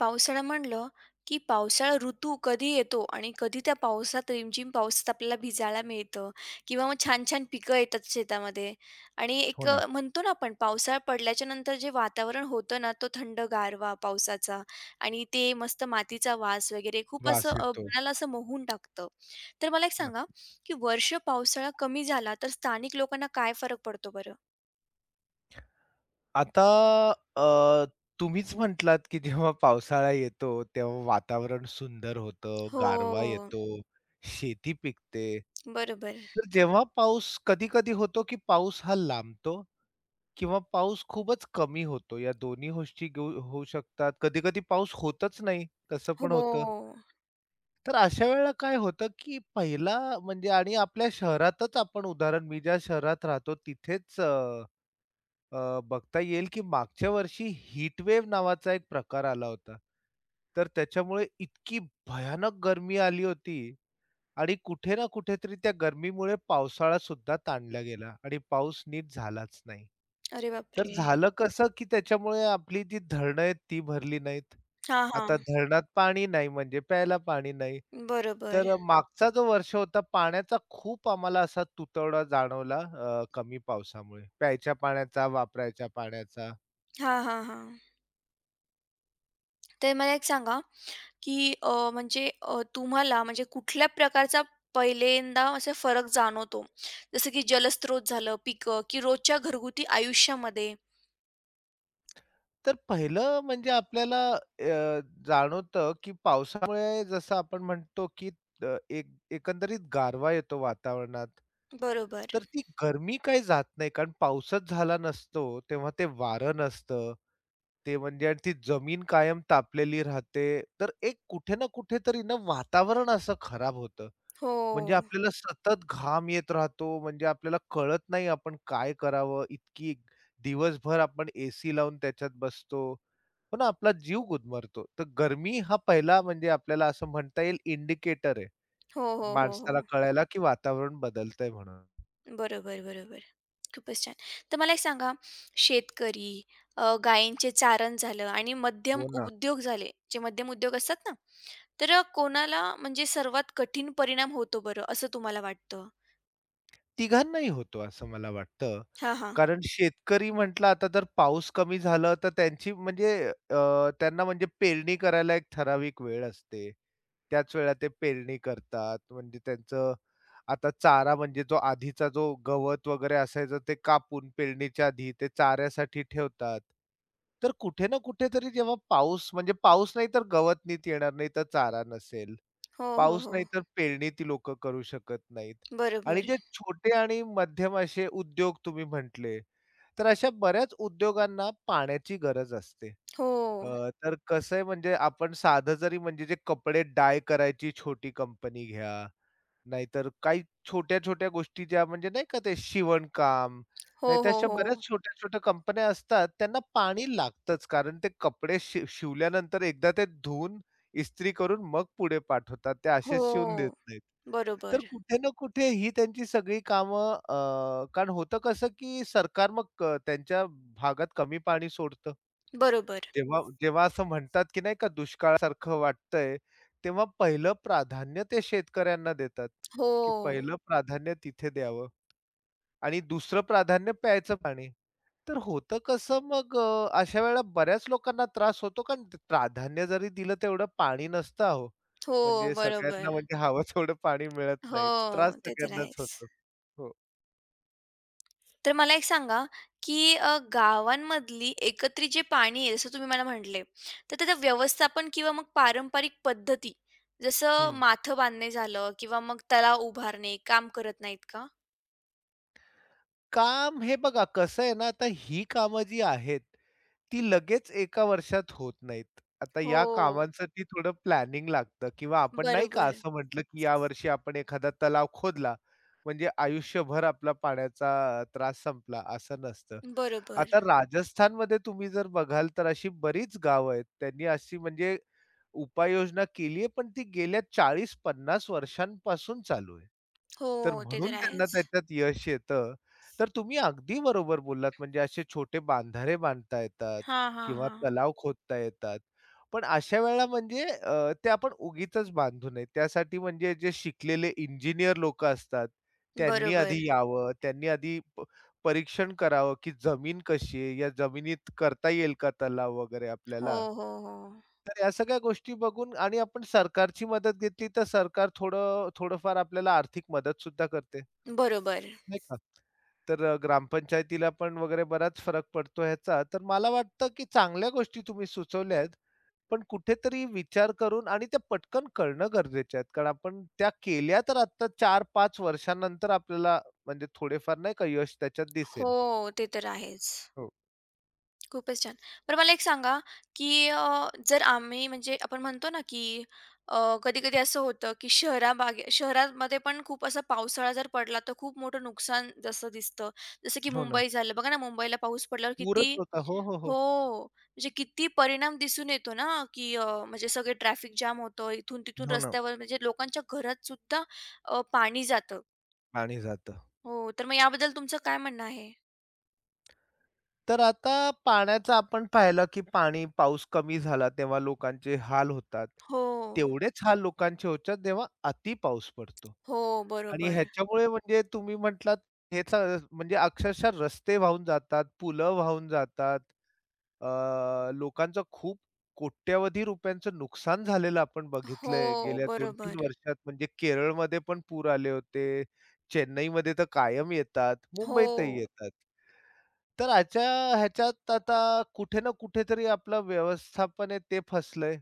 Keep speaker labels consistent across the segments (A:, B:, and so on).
A: पावसाळा म्हणलं, की पावसाळा ऋतू कधी येतो आणि कधी त्या पावसात रिमझिम पावसात आपल्याला भिजायला मिळतं किंवा मग छान-छान पिकं येतात शेतामध्ये आणि
B: हो
A: एक
B: ना,
A: म्हणतो ना आपण पावसाळा पडल्याच्या नंतर जे वातावरण होतं ना, तो थंड गारवा पावसाचा आणि ते मस्त मातीचा वास वगैरे खूप
B: वास
A: असं
B: येतो.
A: मनाला असं मोहून टाकतं. तर मला एक सांगा,
B: नक्की.
A: की वर्ष पावसाळा कमी झाला तर स्थानिक लोकांना काय फरक पडतो बरं?
B: आता अ, तुम्हीच म्हटलात, की जेव्हा पावसाळा येतो, तेव्हा वातावरण सुंदर होतं, गारवा
A: हो.
B: येतो, शेती पिकते.
A: बरोबर.
B: तर जेव्हा पाऊस कधी-कधी होतो, की पाऊस हा लांबतो किंवा पाऊस खूपच कमी होतो. या दोन्ही गोष्टी होऊ शकतात. कधी-कधी पाऊस होतच नाही, तसं पण होतं.
A: हो.
B: तर अशा वेळेला काय होतं, की पहिला म्हणजे आणि आपल्या शहरातच आपण उदाहरण मी ज्या शहरात राहतो तिथेच बघता येईल, की मागच्या वर्षी हीट वेव्ह नावाचा एक प्रकार आला होता. तर त्याच्यामुळे इतकी भयानक गरमी आली होती आणि कुठे ना कुठेतरी त्या गरमीमुळे पावसाळा सुद्धा ताणला गेला आणि पाऊस नीट झालाच नाही.
A: अरे
B: तर
A: बापरे!
B: झालं कसं, की त्याच्यामुळे आपली जी धरणं आहेत ती भरली नाहीत.
A: हां, हां.
B: आता धरणात पाणी नाही म्हणजे प्यायला पाणी नाही.
A: बरोबर.
B: तर मागचा जो वर्ष होता पाण्याचा खूप आम्हाला असा तुतवडा जाणवला कमी पावसामुळे. प्यायच्या पाण्याचा, वापरायच्या पाण्याचा.
A: हां, हां, हां. तर मला एक सांगा, की म्हणजे तुम्हाला म्हणजे कुठल्या प्रकारचा पहिल्यांदा असा फरक जाणवतो? जसं की जलस्रोत झालं, पिकं की रोजच्या घरगुती आयुष्यामध्ये?
B: तर पहिलं म्हणजे आपल्याला जाणवतं, की पावसामुळे जसं आपण म्हणतो, की अ, एक एकंदरीत गारवा येतो वातावरणात.
A: बरोबर.
B: तर ती गरमी काही जात नाही कारण पाऊसच झाला नसतो, तेव्हा ते वारं नसतं. ते म्हणजे आणि ती जमीन कायम तापलेली राहते. तर एक कुठे ना कुठेतरी ना वातावरण असं खराब होतं.
A: हो.
B: म्हणजे आपल्याला सतत घाम येत राहतो, म्हणजे आपल्याला कळत नाही आपण काय करावं? इतकी दिवसभर आपण एसी लावून त्याच्यात बसतो. पण आपला जीव गुदमरतो. तर गरमी हा पहिला म्हणजे आपल्याला असं म्हणता येईल इंडिकेटर आहे.
A: हो, हो, हो, हो.
B: माणसाला कळायला, की वातावरण बदलतंय म्हणून.
A: बरोबर, बरोबर. खूपच छान. तर मला एक सांगा, शेतकरी, गायींचे चारण झालं आणि मध्यम
B: हो ना.
A: उद्योग झाले, जे मध्यम उद्योग असतात ना, तर कोणाला म्हणजे सर्वात कठीण परिणाम होतो बरं, असं तुम्हाला वाटतं?
B: तिघांनाही होतो असं मला वाटतं.
A: हा हा.
B: कारण शेतकरी म्हटलं आता जर पाऊस कमी झालं तर त्यांची म्हणजे त्यांना म्हणजे पेरणी करायला एक ठराविक वेळ असते. त्याच वेळा ते पेरणी करतात. म्हणजे त्यांचं आता चारा म्हणजे जो आधीचा जो गवत वगैरे असायचं ते कापून पेरणीच्या आधी ते चाऱ्यासाठी ठेवतात. तर कुठे ना कुठेतरी जेव्हा पाऊस म्हणजे पाऊस नाही तर गवत नीट येणार नाही तर चारा नसेल.
A: हो, हो,
B: पाऊस
A: हो.
B: नाही तर पेरणी ती लोकं करू शकत नाहीत. आणि
A: बरोबर.
B: जे छोटे आणि मध्यम असे उद्योग तुम्ही म्हटले, तर अशा बऱ्याच उद्योगांना पाण्याची गरज असते.
A: हो.
B: तर कसं आहे म्हणजे आपण साधं जरी म्हणजे जे कपडे डाय करायची छोटी कंपनी घ्या नाहीतर काही छोट्या-छोट्या गोष्टी ज्या म्हणजे नाही का ते शिवणकाम,
A: हो,
B: नाहीतर
A: हो,
B: अशा
A: हो.
B: बऱ्याच छोट्या-छोट्या कंपन्या असतात, त्यांना पाणी लागतंच. कारण ते कपडे शिवल्यानंतर एकदा ते धुवून, इस्त्री करून मग पुढे पाठवतात. ते असेच शिवून देत
A: हो.
B: नाहीत. तर
A: बरोबर.
B: कुठे ना कुठे ही त्यांची सगळी कामं कारण होतं कसं, की सरकार मग त्यांच्या भागात कमी पाणी सोडतं.
A: बरोबर.
B: तेव्हा जेव्हा असं म्हणतात, की नाही का दुष्काळासारखं वाटतंय, तेव्हा पहिलं प्राधान्य ते शेतकऱ्यांना देतात, की
A: हो.
B: पहिलं प्राधान्य तिथे द्यावं आणि दुसरं प्राधान्य प्यायचं पाणी. तर होतं कसं मग अशा वेळेला बऱ्याच लोकांना त्रास होतो, कारण ते प्राधान्य जरी दिलं तेवढं पाणी नसतं अहो.
A: हो,
B: म्हणजे सगळ्यांना
A: बरोबर.
B: म्हणजे हवं तेवढं पाणी मिळत
A: हो,
B: नाही. त्रास
A: ते तर
B: सगळ्यांनाच
A: आहेच.
B: होतो. हो.
A: तर मला एक सांगा, की गावांमधली एकत्रित जे पाणी आहे, जसं तुम्ही मला म्हटले, तर त्याचं व्यवस्थापन किंवा मग पारंपरिक पद्धती, जसं
B: हं.
A: माथं बांधणे झालं किंवा मग तलाव उभारणे, काम करत नाहीत का?
B: काम हे बघा कसं आहे ना, आता ही कामं जी आहेत, ती लगेच एका वर्षात होत नाहीत. आता
A: हो.
B: या कामांसाठी थोडं प्लॅनिंग लागतं किंवा आपण नाही का
A: बरोबर.
B: असं म्हटलं, की यावर्षी आपण एखादा तलाव खोदला, म्हणजे आयुष्यभर आपला पाण्याचा त्रास संपला, असं नसतं.
A: बरोबर.
B: आता राजस्थानमध्ये तुम्ही जर बघाल तर अशी बरीच गाव आहेत. त्यांनी अशी म्हणजे उपाययोजना केली आहे, पण ती गेल्या 40-50 वर्षांपासून चालू आहे.
A: हो,
B: तर
A: ते
B: म्हणून
A: तर
B: त्यांना
A: आहेच.
B: त्याच्यात यश येतं. तर तुम्ही अगदी बरोबर बोललात, म्हणजे असे छोटे बांधारे बांधता येतात
A: हां, हां,
B: किंवा
A: हां.
B: तलाव खोदता येतात. पण अशा वेळेला म्हणजे ते आपण उगीचच बांधू नये. त्यासाठी म्हणजे जे शिकलेले इंजिनिअर लोकं असतात, त्यांनी
A: बरोबर.
B: आधी यावं, त्यांनी आधी परीक्षण करावं, की जमीन कशी आहे? या जमिनीत करता येईल का तलाव वगैरे
A: हो,
B: आपल्याला?
A: हो, हो.
B: तर या सगळ्या गोष्टी बघून आणि आपण सरकारची मदत घेतली, तर सरकार थोडं थोडंफार आपल्याला आर्थिक मदतसुद्धा करते,
A: बरोबर.
B: नाही का? तर ग्रामपंचायतीला पण वगैरे बराच फरक पडतो ह्याचा. तर मला वाटतं, की चांगल्या गोष्टी तुम्ही सुचवल्या आहेत, पण कुठेतरी विचार करून आणि त्या पटकन करणं गरजेचे आहेत. कारण आपण त्या केल्या तर आता 4-5 वर्षानंतर आपल्याला म्हणजे थोडेफार नाही का यश त्याच्यात
A: हो,
B: दिसेल.
A: ते तर आहेच.
B: हो.
A: खूपच छान. बरं मला एक सांगा, की जर आम्ही म्हणजे आपण म्हणतो ना, की कधी-कधी असं होतं, की शहरा बागे, शहरामध्ये पण खूप असा पावसाळा जर पडला, तर खूप मोठं नुकसान जसं दिसतं. जसं की
B: हो ना.
A: मुंबई झालं. बघा ना, मुंबईला पाऊस पडल्यावर
B: पूरच
A: किती
B: होता. हो, हो, हो.
A: हो. म्हणजे किती परिणाम दिसून येतो ना, की म्हणजे सगळे ट्रॅफिक जाम होतं. इथून-तिथून
B: हो ना,
A: रस्त्यावर म्हणजे लोकांच्या घरात सुद्धा पाणी जातं.
B: पाणी जातं.
A: हो, तर मग याबद्दल तुमचं काय म्हणणं आहे?
B: तर आता पाण्याचा आपण पाहिलं, की पाणी पाऊस कमी झाला तेव्हा लोकांचे हाल होतात.
A: हो,
B: तेवढेच हाल लोकांचे होतात जेव्हा अति पाऊस पडतो.
A: हो,
B: आणि
A: बरोबर.
B: ह्याच्यामुळे म्हणजे तुम्ही म्हटलात हेच म्हणजे अक्षरशः रस्ते वाहून जातात, पुलं वाहून जातात. लोकांचं खूप कोट्यवधी रुपयांचं नुकसान झालेलं आपण
A: हो,
B: बघितलंय गेल्या 2 तीन
A: बरोबर.
B: वर्षात. म्हणजे केरळमध्ये पण पूर आले होते. चेन्नईमध्ये तर कायम येतात. मुंबईतही
A: हो,
B: येतात. तर अशा ह्याच्यात आता कुठे ना कुठेतरी आपलं व्यवस्थापन आहे ते फसलंय.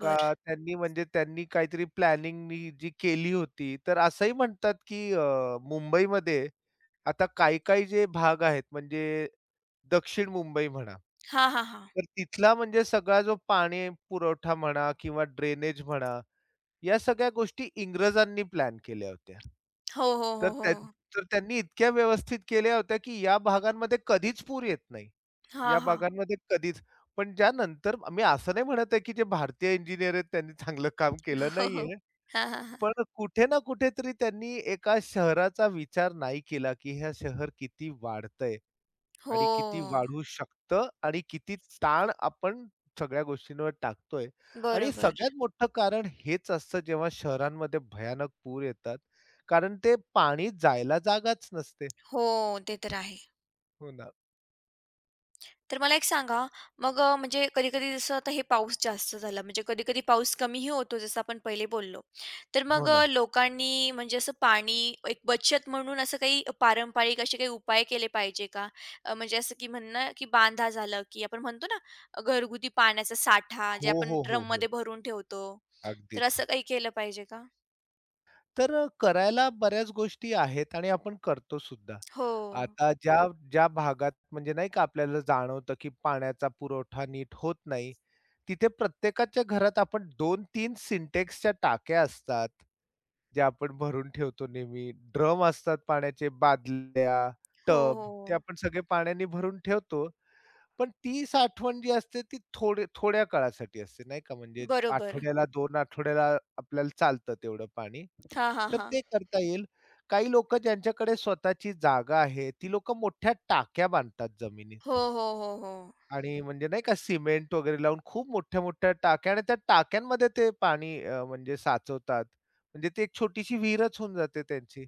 B: का त्यांनी म्हणजे त्यांनी काहीतरी प्लॅनिंगनी जी केली होती. तर असंही म्हणतात, की मुंबईमध्ये आता काही-काही जे भाग आहेत म्हणजे दक्षिण मुंबई म्हणा.
A: हां, हां, हां.
B: तर तिथला म्हणजे सगळा जो पाणी पुरवठा म्हणा किंवा ड्रेनेज म्हणा, या सगळ्या गोष्टी इंग्रजांनी प्लॅन केल्या होत्या.
A: हो, हो,
B: तर
A: हो, हो.
B: त्यां तर त्यांनी इतक्या व्यवस्थित केल्या होत्या, की या भागांमध्ये कधीच पूर येत नाही.
A: हां,
B: या
A: हां.
B: भागांमध्ये कधीच पण ज्यानंतर मी असं नाही म्हणत आहे, की जे भारतीय इंजिनिअर आहेत त्यांनी चांगलं काम केलं
A: हो, हो.
B: नाहीये.
A: हां, हां, हां.
B: पण कुठे ना कुठेतरी त्यांनी एका शहराचा विचार नाही केला, की हे शहर किती वाढतंय.
A: हो,
B: आणि किती वाढू शकतं आणि किती ताण आपण सगळ्या गोष्टींवर टाकतोय आणि हम्म.
A: बरोबर.
B: सगळ्यात मोठं कारण हेच असतं जेव्हा शहरांमध्ये भयानक पूर येतात. कारण ते पाणी जायला जागाच नसते.
A: हो, ते तर आहे.
B: हो ना,
A: तर मला एक सांगा, मग म्हणजे कधी-कधी जसं आता हे पाऊस जास्त झाला, म्हणजे कधी-कधी पाऊस कमीही होतो, जसं आपण पहिले बोललो. तर
B: हो
A: मग
B: ना.
A: लोकांनी म्हणजे असं पाणी एक बचत म्हणून असं काही पारंपरिक असे काही उपाय केले पाहिजे का? म्हणजे असं की म्हणणं की बांधा झालं, की आपण म्हणतो ना घरगुती पाण्याचा साठा जे
B: हो,
A: आपण
B: हो, हो, हो.
A: ड्रममध्ये भरून ठेवतो. तर
B: अगदीच.
A: असं काही केलं पाहिजे का?
B: तर करायला बऱ्याच गोष्टी आहेत आणि आपण करतो सुद्धा.
A: हो.
B: आता ज्या ज्या भागात म्हणजे नाही का आपल्याला जाणवतं, की पाण्याचा पुरवठा नीट होत नाही, तिथे प्रत्येकाच्या घरात आपण 2-3 सिंटेक्सच्या टाक्या असतात. जे आपण भरून ठेवतो नेहमी. ड्रम असतात पाण्याचे, बादल्या,
A: हो,
B: टब ते
A: हो.
B: आपण सगळे पाण्याने भरून ठेवतो. पण ती साठवण जी असते ती थोडे थोड्या काळासाठी असते नाही का. म्हणजे
A: बरोबर.
B: आठवड्याला, 2 आठवड्याला आपल्याला चालतं तेवढं पाणी.
A: हां, हां,
B: तर
A: हां.
B: ते करता येईल. काही लोकं ज्यांच्याकडे स्वतःची जागा आहे, ती लोकं मोठ्या टाक्या बांधतात
A: हो,
B: जमिनीत.
A: हो, हो, हो.
B: आणि म्हणजे नाही का सिमेंट वगैरे लावून खूप मोठ्या-मोठ्या टाक्या आणि त्या टाक्यांमध्ये ते पाणी म्हणजे साचवतात. म्हणजे ती एक छोटीशी विहीरच होऊन जाते त्यांची.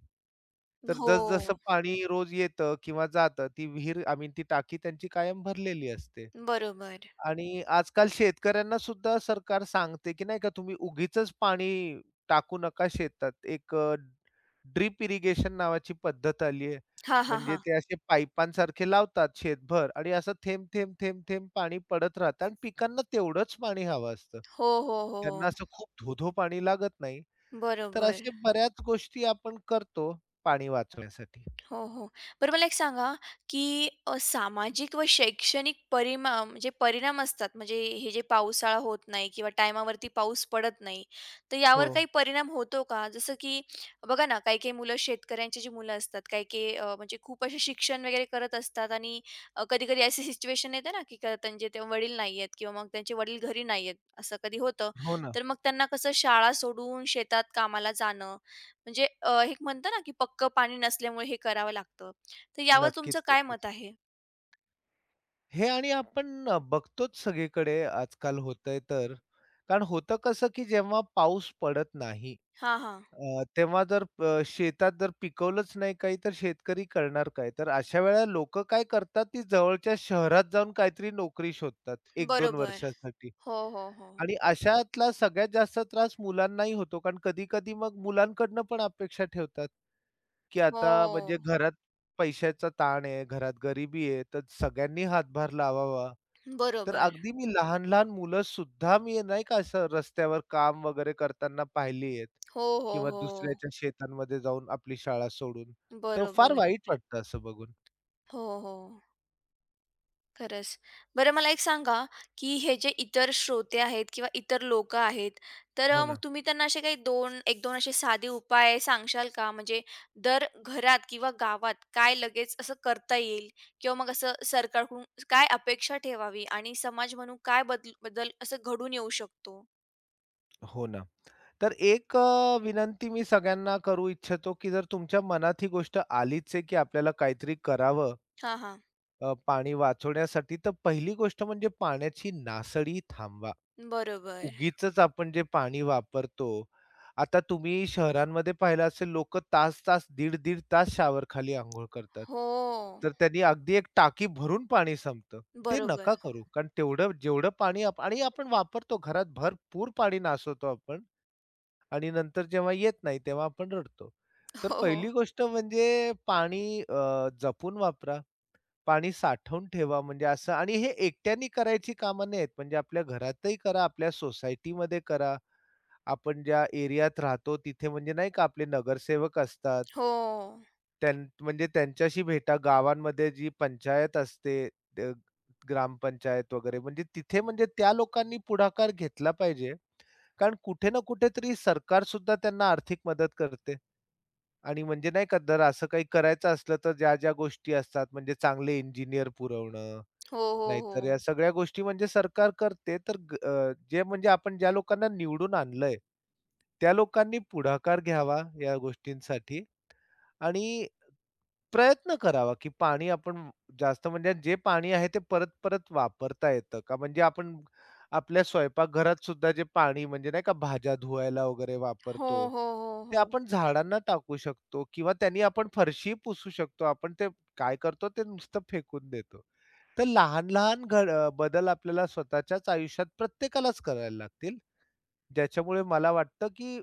B: तर जसं-जसं
A: हो.
B: पाणी रोज येतं किंवा जातं ती विहीर आय मीन ती टाकी त्यांची कायम भरलेली असते.
A: बरोबर.
B: आणि आजकाल शेतकऱ्यांना सुद्धा सरकार सांगते, की नाही का तुम्ही उगीचच पाणी टाकू नका शेतात. एक ड्रिप इरिगेशन नावाची पद्धत आली आहे.
A: हां, हां,
B: म्हणजे
A: हां.
B: ते असे पाईपांसारखे लावतात शेतभर आणि असं थेंब, थेंब, थेंब, थेंब पाणी पडत राहतं आणि पिकांना तेवढंच पाणी हवं असतं.
A: हो, हो, हो, हो.
B: त्यांना असं खूप धो-धो पाणी लागत नाही. तर
A: बरोबर.
B: अशा बऱ्याच गोष्टी आपण करतो पाणी वाचवण्यासाठी.
A: हो, हो. बरं मला एक सांगा, की सामाजिक व शैक्षणिक परिमाम म्हणजे परिणाम असतात, म्हणजे हे जे पावसाळा होत नाही किंवा टायमावरती पाऊस पडत नाही, तर
B: हो.
A: यावर काही परिणाम होतो का? जसं की बघा ना, काही-काही मुलं शेतकऱ्यांची जी मुलं असतात, काही-काही म्हणजे खूप असे शिक्षण वगैरे करत असतात आणि कधी-कधी अशी सिच्युएशन येते ना, की त्यांचे ते वडील नाही आहेत किंवा मग त्यांचे वडील घरी नाही आहेत, असं कधी होतं.
B: हो ना.
A: तर मग त्यांना कसं शाळा सोडून शेतात कामाला जाणं म्हणजे एक म्हणतं ना, की पक्कं पाणी नसल्यामुळे हे करावं लागतं. तर यावर तुमचं
B: नक्कीच,
A: काय
B: नक्कीच.
A: मत आहे?
B: हे आणि आपण बघतोच सगळीकडे आजकाल होतंय तर. कारण होतं कसं, की जेव्हा पाऊस पडत नाही,
A: हां, हां.
B: तेव्हा जर शेतात जर पिकवलंच नाही काही, तर शेतकरी करणार काय? तर अशा वेळेला लोक काय करतात, ती जवळच्या शहरात जाऊन काहीतरी नोकरी शोधतात 1-2
A: बरोबर.
B: वर्षासाठी.
A: हो, हो, हो.
B: आणि अशातला सगळ्यात जास्त त्रास मुलांनाही होतो. कारण कधी-कधी मग मुलांकडनं पण अपेक्षा ठेवतात, की आता म्हणजे
A: हो.
B: घरात पैशाचा ताण आहे, घरात गरिबी आहे, तर सगळ्यांनी हातभार लावावा. तर
A: बरोबर.
B: अगदी मी लहान-लहान मुलं सुद्धा मी नाही का असं रस्त्यावर काम वगैरे करताना पाहिली आहेत
A: हो, हो,
B: किंवा
A: हो.
B: दुसऱ्याच्या शेतांमध्ये जाऊन आपली शाळा सोडून. तर फार
A: बरोबर.
B: वाईट वाटतं असं बघून.
A: हो, हो. खरंच. बरं मला एक सांगा, की हे जे इतर श्रोते आहेत किंवा इतर लोकं आहेत, तर
B: हो
A: मग
B: ना,
A: तुम्ही त्यांना असे काही 2 1-2 असे साधे उपाय सांगशाल का? म्हणजे दर घरात किंवा गावात काय लगेच असं करता येईल? किंवा मग असं सरकारकडून काय अपेक्षा ठेवावी आणि समाज म्हणून काय बदल बदल असं घडून येऊ शकतो?
B: हो ना. तर एक विनंती मी सगळ्यांना करू इच्छितो, की जर तुमच्या मनात ही गोष्ट आलीच आहे, की आपल्याला काहीतरी करावं
A: हां, हां.
B: पाणी वाचवण्यासाठी, तर पहिली गोष्ट म्हणजे पाण्याची नासडी थांबवा.
A: बरोबर.
B: उगीचच आपण जे पाणी वापरतो. आता तुम्ही शहरांमध्ये पाहिलं असेल लोक तास-तास, दीड-दीड तास शावर खाली अंघोळ करतात.
A: हो.
B: तर त्यांनी अगदी एक टाकी भरून पाणी संपतं. ते नका
A: बरोबर.
B: करू. कारण तेवढं जेवढं पाणी आणि आपण वापरतो घरात भरपूर पाणी नासवतो आपण आणि नंतर जेव्हा येत नाही तेव्हा आपण रडतो. तर
A: हो,
B: पहिली
A: हो.
B: गोष्ट म्हणजे पाणी जपून वापरा. पाणी साठवून ठेवा म्हणजे असं आणि हे एकट्याने करायची कामं नाहीत म्हणजे आपल्या घरातही करा, आपल्या सोसायटीमध्ये करा. आपण ज्या एरियात राहतो तिथे म्हणजे नाही का आपले नगरसेवक असतात.
A: हो.
B: त्यां म्हणजे त्यांच्याशी भेटा. गावांमध्ये जी पंचायत असते, अ, ग्रामपंचायत वगैरे म्हणजे तिथे म्हणजे त्या लोकांनी पुढाकार घेतला पाहिजे. कारण कुठे ना कुठेतरी सरकार सुद्धा त्यांना आर्थिक मदत करते आणि म्हणजे नाही का जर असं काही करायचं असलं तर ज्या-ज्या गोष्टी असतात म्हणजे चांगले इंजिनिअर पुरवणं
A: हो, हो,
B: नाहीतर या
A: हो.
B: सगळ्या गोष्टी म्हणजे सरकार करते तर जे म्हणजे आपण ज्या लोकांना निवडून आणलंय, त्या लोकांनी पुढाकार घ्यावा या गोष्टींसाठी आणि प्रयत्न करावा, की पाणी आपण जास्त म्हणजे जे पाणी आहे ते परत-परत वापरता येतं का? म्हणजे आपण आपल्या स्वयंपाकघरात सुद्धा जे पाणी म्हणजे नाही का भाज्या धुवायला वगैरे
A: हो,
B: वापरतो,
A: हो, हो,
B: ते
A: हो.
B: आपण झाडांना टाकू शकतो किंवा त्यांनी आपण फरशी पुसू शकतो. आपण ते काय करतो ते नुसतं फेकून देतो. तर लहान-लहान बदल आपल्याला स्वतःच्याच आयुष्यात प्रत्येकालाच करायला लागतील. ज्याच्यामुळे मला वाटतं, की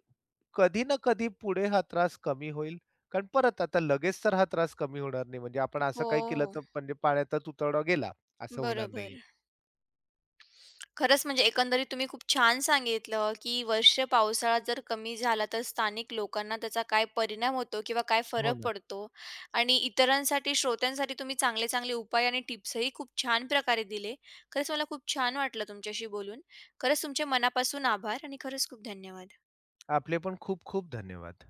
B: कधी ना कधी पुढे हा त्रास कमी होईल. कारण परत आता लगेच तर हा त्रास कमी होणार नाही. म्हणजे आपण असं काही केलं
A: हो.
B: तर म्हणजे पाण्याचा तुतडा गेला, असं होणार नाहीये.
A: बरोबर. खरंच म्हणजे एकंदरीत तुम्ही खूप छान सांगितलं, की वर्ष पावसाळा जर कमी झाला तर स्थानिक लोकांना त्याचा काय परिणाम होतो किंवा काय
B: हो
A: फरक
B: ना.
A: पडतो आणि इतरांसाठी, श्रोत्यांसाठी तुम्ही चांगले-चांगले उपाय आणि टिप्सही खूप छान प्रकारे दिले. खरंच मला खूप छान वाटलं तुमच्याशी बोलून. खरंच तुमचे मनापासून आभार आणि खरंच खूप धन्यवाद.
B: आपले पण खूप खूप धन्यवाद.